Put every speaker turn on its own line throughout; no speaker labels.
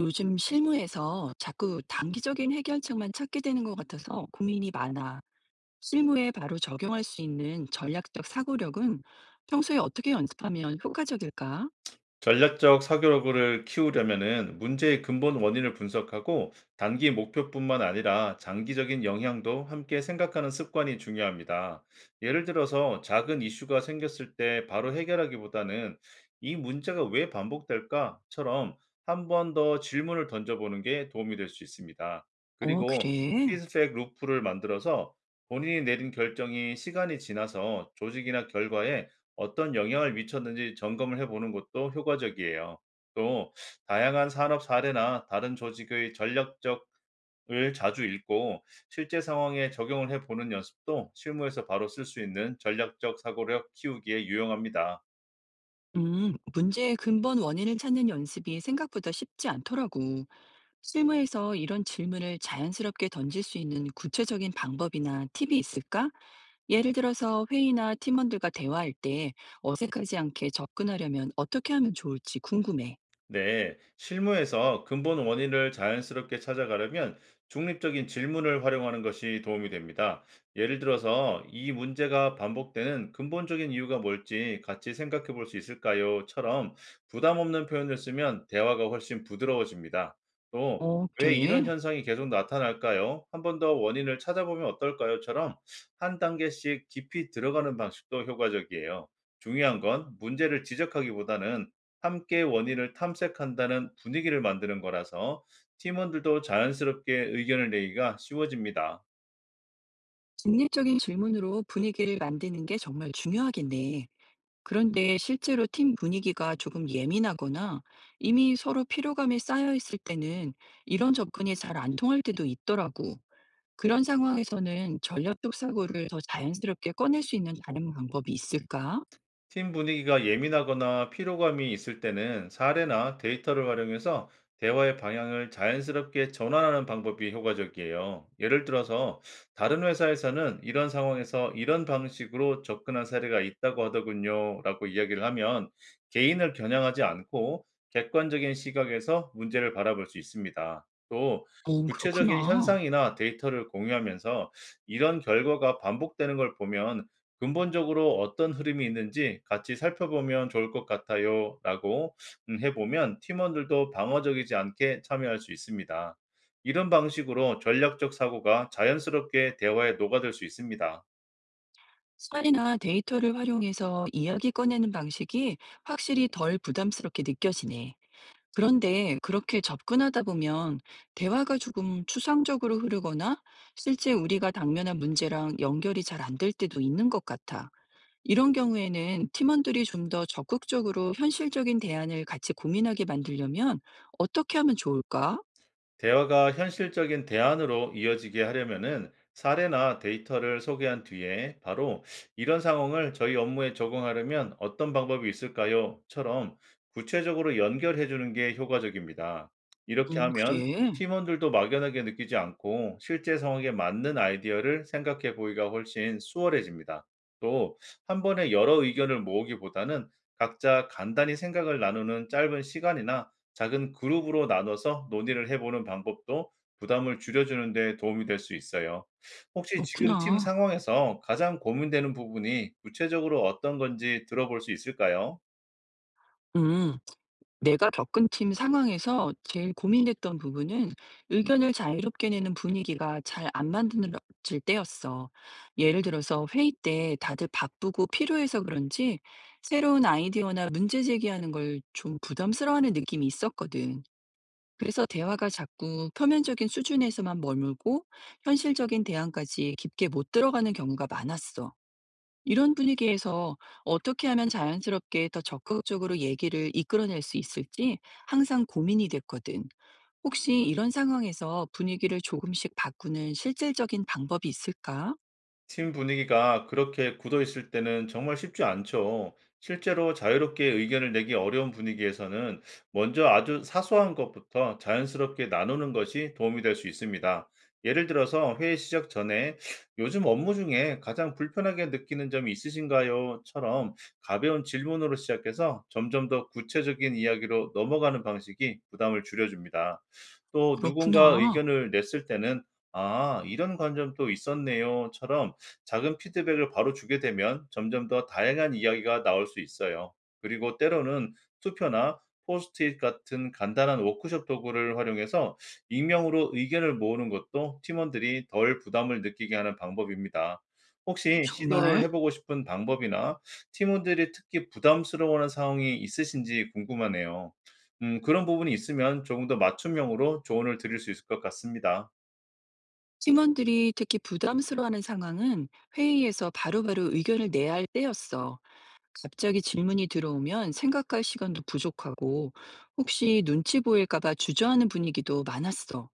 요즘 실무에서 자꾸 단기적인 해결책만 찾게 되는 것 같아서 고민이 많아. 실무에 바로 적용할 수 있는 전략적 사고력은 평소에 어떻게 연습하면 효과적일까?
전략적 사고력을 키우려면은 문제의 근본 원인을 분석하고 단기 목표뿐만 아니라 장기적인 영향도 함께 생각하는 습관이 중요합니다. 예를 들어서 작은 이슈가 생겼을 때 바로 해결하기보다는 이 문제가 왜 반복될까?처럼 한 번 더 질문을 던져보는 게 도움이 될 수 있습니다.
어,
그리고
그래.
피드백 루프를 만들어서 본인이 내린 결정이 시간이 지나서 조직이나 결과에 어떤 영향을 미쳤는지 점검을 해 보는 것도 효과적이에요. 또 다양한 산업 사례나 다른 조직의 전략적 을 자주 읽고 실제 상황에 적용을 해 보는 연습도 실무에서 바로 쓸 수 있는 전략적 사고력 키우기에 유용합니다.
문제의 근본 원인을 찾는 연습이 생각보다 쉽지 않더라고. 실무에서 이런 질문을 자연스럽게 던질 수 있는 구체적인 방법이나 팁이 있을까? 예를 들어서 회의나 팀원들과 대화할 때 어색하지 않게 접근하려면 어떻게 하면 좋을지 궁금해.
네, 실무에서 근본 원인을 자연스럽게 찾아가려면 중립적인 질문을 활용하는 것이 도움이 됩니다. 예를 들어서 이 문제가 반복되는 근본적인 이유가 뭘지 같이 생각해 볼 수 있을까요?처럼 부담 없는 표현을 쓰면 대화가 훨씬 부드러워집니다. 또,
어,
왜
그래.
이런 현상이 계속 나타날까요? 한 번 더 원인을 찾아보면 어떨까요?처럼 한 단계씩 깊이 들어가는 방식도 효과적이에요. 중요한 건 문제를 지적하기보다는 함께 원인을 탐색한다는 분위기를 만드는 거라서, 팀원들도 자연스럽게 의견을 내기가 쉬워집니다.
중립적인 질문으로 분위기를 만드는 게 정말 중요하겠네. 그런데 실제로 팀 분위기가 조금 예민하거나 이미 서로 피로감이 쌓여 있을 때는 이런 접근이 잘 안 통할 때도 있더라고. 그런 상황에서는 전략적 사고를 더 자연스럽게 꺼낼 수 있는 다른 방법이 있을까?
팀 분위기가 예민하거나 피로감이 있을 때는 사례나 데이터를 활용해서 대화의 방향을 자연스럽게 전환하는 방법이 효과적이에요. 예를 들어서 "다른 회사에서는 이런 상황에서 이런 방식으로 접근한 사례가 있다고 하더군요. 라고 이야기를 하면 개인을 겨냥하지 않고 객관적인 시각에서 문제를 바라볼 수 있습니다. 또
어,
구체적인
그렇구나.
현상이나 데이터를 공유하면서 "이런 결과가 반복되는 걸 보면 근본적으로 어떤 흐름이 있는지 같이 살펴보면 좋을 것 같아요. 라고 해보면 팀원들도 방어적이지 않게 참여할 수 있습니다. 이런 방식으로 전략적 사고가 자연스럽게 대화에 녹아들 수 있습니다.
사이나 데이터를 활용해서 이야기 꺼내는 방식이 확실히 덜 부담스럽게 느껴지네. 그런데 그렇게 접근하다 보면 대화가 조금 추상적으로 흐르거나 실제 우리가 당면한 문제랑 연결이 잘 안 될 때도 있는 것 같아. 이런 경우에는 팀원들이 좀 더 적극적으로 현실적인 대안을 같이 고민하게 만들려면 어떻게 하면 좋을까?
대화가 현실적인 대안으로 이어지게 하려면은 사례나 데이터를 소개한 뒤에 바로 "이런 상황을 저희 업무에 적용하려면 어떤 방법이 있을까요?"처럼 구체적으로 연결해 주는 게 효과적입니다. 이렇게 하면
그래.
팀원들도 막연하게 느끼지 않고 실제 상황에 맞는 아이디어를 생각해 보기가 훨씬 수월해집니다. 또 한 번에 여러 의견을 모으기보다는 각자 간단히 생각을 나누는 짧은 시간이나 작은 그룹으로 나눠서 논의를 해 보는 방법도 부담을 줄여주는 데 도움이 될 수 있어요. 혹시 지금 팀
그렇구나.
상황에서 가장 고민되는 부분이 구체적으로 어떤 건지 들어볼 수 있을까요?
음. 내가 겪은 팀 상황에서 제일 고민됐던 부분은 의견을 자유롭게 내는 분위기가 잘 안 만들어질 때였어. 예를 들어서 회의 때 다들 바쁘고 피로해서 그런지 새로운 아이디어나 문제 제기하는 걸 좀 부담스러워하는 느낌이 있었거든. 그래서 대화가 자꾸 표면적인 수준에서만 머물고 현실적인 대안까지 깊게 못 들어가는 경우가 많았어. 이런 분위기에서 어떻게 하면 자연스럽게 더 적극적으로 얘기를 이끌어낼 수 있을지 항상 고민이 됐거든. 혹시 이런 상황에서 분위기를 조금씩 바꾸는 실질적인 방법이 있을까?
팀 분위기가 그렇게 굳어 있을 때는 정말 쉽지 않죠. 실제로 자유롭게 의견을 내기 어려운 분위기에서는 먼저 아주 사소한 것부터 자연스럽게 나누는 것이 도움이 될 수 있습니다. 예를 들어서 회의 시작 전에 "요즘 업무 중에 가장 불편하게 느끼는 점이 있으신가요?"처럼 가벼운 질문으로 시작해서 점점 더 구체적인 이야기로 넘어가는 방식이 부담을 줄여줍니다. 또 누군가
그렇구나.
의견을 냈을 때는 "아, 이런 관점도 있었네요."처럼 작은 피드백을 바로 주게 되면 점점 더 다양한 이야기가 나올 수 있어요. 그리고 때로는 투표나 포스트잇 같은 간단한 워크숍 도구를 활용해서 익명으로 의견을 모으는 것도 팀원들이 덜 부담을 느끼게 하는 방법입니다. 혹시 시도를
정말?
해보고 싶은 방법이나 팀원들이 특히 부담스러워하는 상황이 있으신지 궁금하네요. 그런 부분이 있으면 조금 더 맞춤형으로 조언을 드릴 수 있을 것 같습니다.
팀원들이 특히 부담스러워하는 상황은 회의에서 바로바로 의견을 내야 할 때였어. 갑자기 질문이 들어오면 생각할 시간도 부족하고 혹시 눈치 보일까봐 주저하는 분위기도 많았어.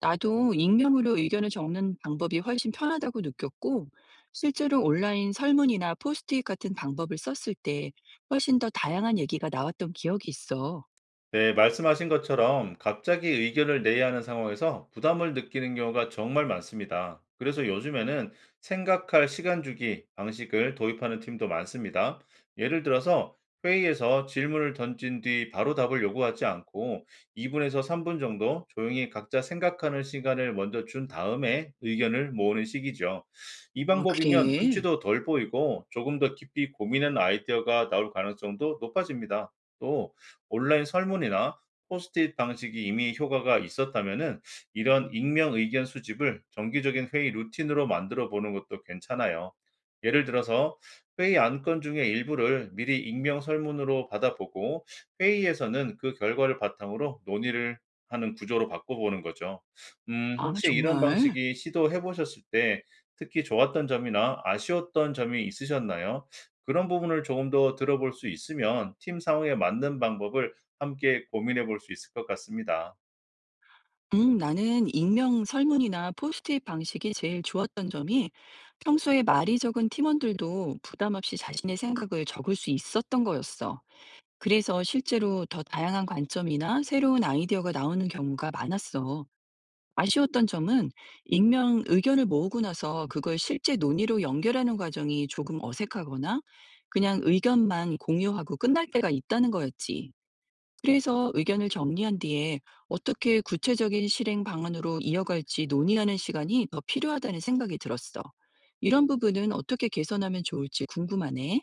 나도 익명으로 의견을 적는 방법이 훨씬 편하다고 느꼈고, 실제로 온라인 설문이나 포스트잇 같은 방법을 썼을 때 훨씬 더 다양한 얘기가 나왔던 기억이 있어.
네, 말씀하신 것처럼 갑자기 의견을 내야 하는 상황에서 부담을 느끼는 경우가 정말 많습니다. 그래서 요즘에는 생각할 시간 주기 방식을 도입하는 팀도 많습니다. 예를 들어서 회의에서 질문을 던진 뒤 바로 답을 요구하지 않고 2분에서 3분 정도 조용히 각자 생각하는 시간을 먼저 준 다음에 의견을 모으는 식이죠. 이
아,
방법이면
그래?
눈치도 덜 보이고 조금 더 깊이 고민한 아이디어가 나올 가능성도 높아집니다. 또 온라인 설문이나 포스트잇 방식이 이미 효과가 있었다면은 이런 익명 의견 수집을 정기적인 회의 루틴으로 만들어 보는 것도 괜찮아요. 예를 들어서 회의 안건 중에 일부를 미리 익명 설문으로 받아보고, 회의에서는 그 결과를 바탕으로 논의를 하는 구조로 바꿔보는 거죠.
아,
혹시 이런
정말?
방식이 시도해 보셨을 때 특히 좋았던 점이나 아쉬웠던 점이 있으셨나요? 그런 부분을 조금 더 들어볼 수 있으면 팀 상황에 맞는 방법을 함께 고민해 볼 수 있을 것 같습니다.
나는 익명 설문이나 포스트잇 방식이 제일 좋았던 점이 평소에 말이 적은 팀원들도 부담 없이 자신의 생각을 적을 수 있었던 거였어. 그래서 실제로 더 다양한 관점이나 새로운 아이디어가 나오는 경우가 많았어. 아쉬웠던 점은 익명 의견을 모으고 나서 그걸 실제 논의로 연결하는 과정이 조금 어색하거나 그냥 의견만 공유하고 끝날 때가 있다는 거였지. 그래서 의견을 정리한 뒤에 어떻게 구체적인 실행 방안으로 이어갈지 논의하는 시간이 더 필요하다는 생각이 들었어. 이런 부분은 어떻게 개선하면 좋을지 궁금하네.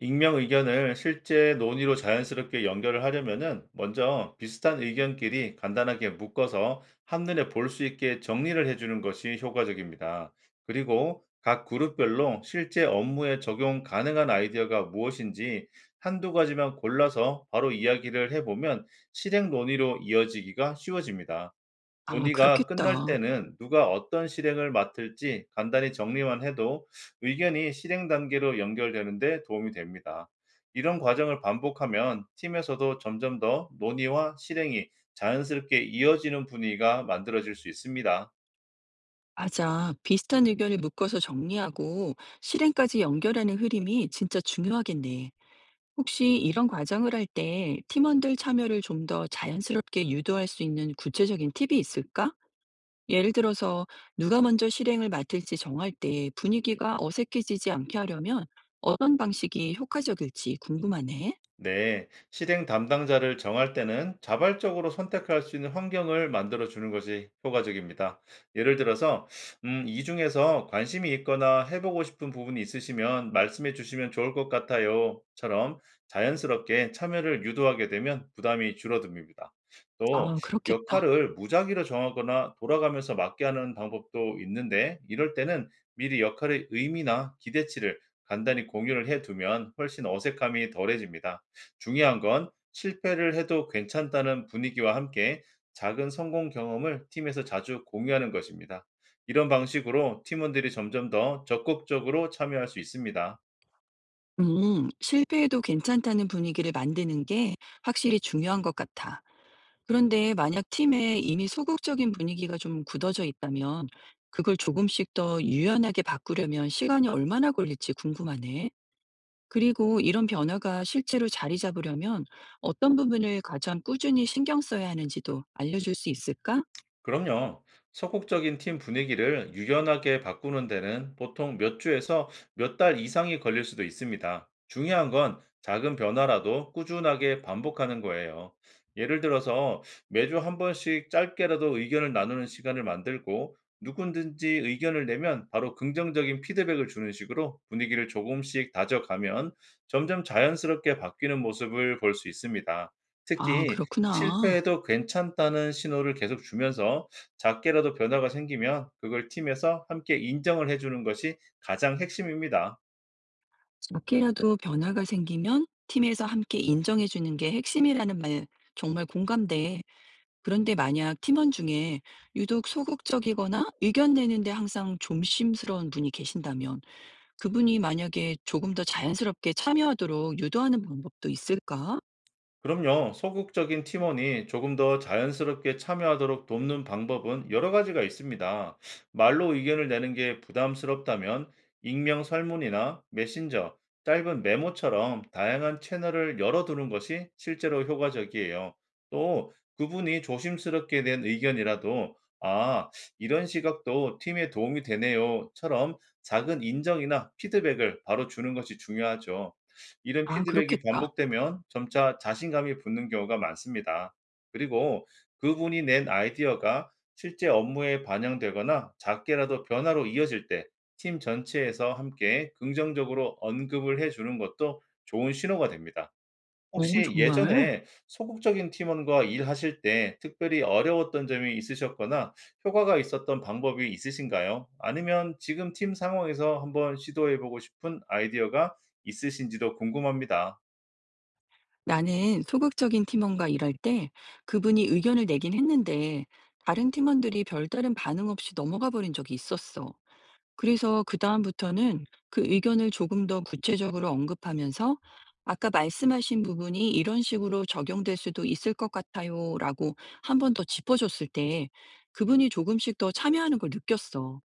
익명 의견을 실제 논의로 자연스럽게 연결을 하려면은 먼저 비슷한 의견끼리 간단하게 묶어서 한눈에 볼 수 있게 정리를 해주는 것이 효과적입니다. 그리고 각 그룹별로 실제 업무에 적용 가능한 아이디어가 무엇인지 한두 가지만 골라서 바로 이야기를 해보면 실행 논의로 이어지기가 쉬워집니다.
아,
논의가
그렇겠다.
끝날 때는 누가 어떤 실행을 맡을지 간단히 정리만 해도 의견이 실행 단계로 연결되는데 도움이 됩니다. 이런 과정을 반복하면 팀에서도 점점 더 논의와 실행이 자연스럽게 이어지는 분위기가 만들어질 수 있습니다.
맞아. 비슷한 의견을 묶어서 정리하고 실행까지 연결하는 흐름이 진짜 중요하겠네. 혹시 이런 과정을 할 때 팀원들 참여를 좀 더 자연스럽게 유도할 수 있는 구체적인 팁이 있을까? 예를 들어서 누가 먼저 실행을 맡을지 정할 때 분위기가 어색해지지 않게 하려면 어떤 방식이 효과적일지 궁금하네.
네, 실행 담당자를 정할 때는 자발적으로 선택할 수 있는 환경을 만들어 주는 것이 효과적입니다. 예를 들어서, "이 중에서 관심이 있거나 해보고 싶은 부분이 있으시면 말씀해 주시면 좋을 것 같아요."처럼 자연스럽게 참여를 유도하게 되면 부담이 줄어듭니다. 또,
아, 그렇겠다.
역할을 무작위로 정하거나 돌아가면서 맡게 하는 방법도 있는데, 이럴 때는 미리 역할의 의미나 기대치를 간단히 공유를 해 두면 훨씬 어색함이 덜해집니다. 중요한 건 실패를 해도 괜찮다는 분위기와 함께 작은 성공 경험을 팀에서 자주 공유하는 것입니다. 이런 방식으로 팀원들이 점점 더 적극적으로 참여할 수 있습니다.
실패해도 괜찮다는 분위기를 만드는 게 확실히 중요한 것 같아. 그런데 만약 팀에 이미 소극적인 분위기가 좀 굳어져 있다면 그걸 조금씩 더 유연하게 바꾸려면 시간이 얼마나 걸릴지 궁금하네. 그리고 이런 변화가 실제로 자리 잡으려면 어떤 부분을 가장 꾸준히 신경 써야 하는지도 알려줄 수 있을까?
그럼요. 서구적인 팀 분위기를 유연하게 바꾸는 데는 보통 몇 주에서 몇 달 이상이 걸릴 수도 있습니다. 중요한 건 작은 변화라도 꾸준하게 반복하는 거예요. 예를 들어서 매주 한 번씩 짧게라도 의견을 나누는 시간을 만들고, 누구든지 의견을 내면 바로 긍정적인 피드백을 주는 식으로 분위기를 조금씩 다져가면 점점 자연스럽게 바뀌는 모습을 볼 수 있습니다.
아,
특히
그렇구나.
실패해도 괜찮다는 신호를 계속 주면서 작게라도 변화가 생기면 그걸 팀에서 함께 인정을 해 주는 것이 가장 핵심입니다.
작게라도 변화가 생기면 팀에서 함께 인정해주는 게 핵심이라는 말 정말 공감돼. 그런데 만약 팀원 중에 유독 소극적이거나 의견 내는데 항상 조심스러운 분이 계신다면 그분이 만약에 조금 더 자연스럽게 참여하도록 유도하는 방법도 있을까?
그럼요. 소극적인 팀원이 조금 더 자연스럽게 참여하도록 돕는 방법은 여러 가지가 있습니다. 말로 의견을 내는 게 부담스럽다면 익명 설문이나 메신저, 짧은 메모처럼 다양한 채널을 열어두는 것이 실제로 효과적이에요. 또 그분이 조심스럽게 낸 의견이라도 "아, 이런 시각도 팀에 도움이 되네요."처럼 작은 인정이나 피드백을 바로 주는 것이 중요하죠. 이런
아,
피드백이
그렇겠다.
반복되면 점차 자신감이 붙는 경우가 많습니다. 그리고 그분이 낸 아이디어가 실제 업무에 반영되거나 작게라도 변화로 이어질 때 팀 전체에서 함께 긍정적으로 언급을 해 주는 것도 좋은 신호가 됩니다.
어,
혹시
정말.
예전에 소극적인 팀원과 일하실 때 특별히 어려웠던 점이 있으셨거나 효과가 있었던 방법이 있으신가요? 아니면 지금 팀 상황에서 한번 시도해 보고 싶은 아이디어가 있으신지도 궁금합니다.
나는 소극적인 팀원과 일할 때 그분이 의견을 내긴 했는데 다른 팀원들이 별다른 반응 없이 넘어가 버린 적이 있었어. 그래서 그다음부터는 그 의견을 조금 더 구체적으로 언급하면서 "아까 말씀하신 부분이 이런 식으로 적용될 수도 있을 것 같아요."라고 한 번 더 짚어줬을 때 그분이 조금씩 더 참여하는 걸 느꼈어.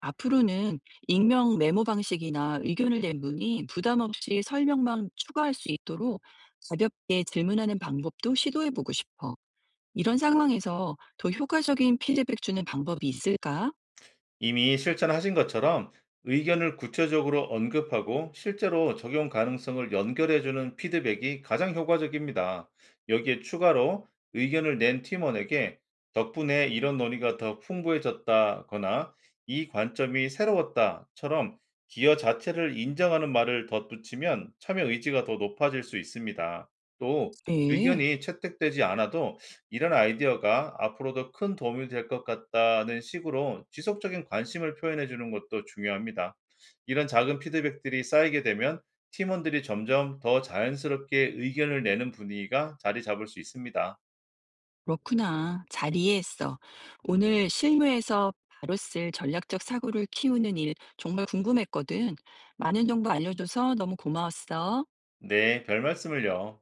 앞으로는 익명 메모 방식이나 의견을 낸 분이 부담 없이 설명만 추가할 수 있도록 가볍게 질문하는 방법도 시도해 보고 싶어. 이런 상황에서 더 효과적인 피드백 주는 방법이 있을까?
이미 실천하신 것처럼 의견을 구체적으로 언급하고 실제로 적용 가능성을 연결해주는 피드백이 가장 효과적입니다. 여기에 추가로 의견을 낸 팀원에게 "덕분에 이런 논의가 더 풍부해졌다거나 "이 관점이 새로웠다처럼 기여 자체를 인정하는 말을 덧붙이면 참여 의지가 더 높아질 수 있습니다. 또
네.
의견이 채택되지 않아도 "이런 아이디어가 앞으로도 큰 도움이 될 것 같다는 식으로 지속적인 관심을 표현해 주는 것도 중요합니다. 이런 작은 피드백들이 쌓이게 되면 팀원들이 점점 더 자연스럽게 의견을 내는 분위기가 자리 잡을 수 있습니다.
그렇구나. 잘 이해했어. 오늘 실무에서 바로 쓸 전략적 사고를 키우는 일 정말 궁금했거든. 많은 정보 알려줘서 너무 고마웠어.
네, 별 말씀을요.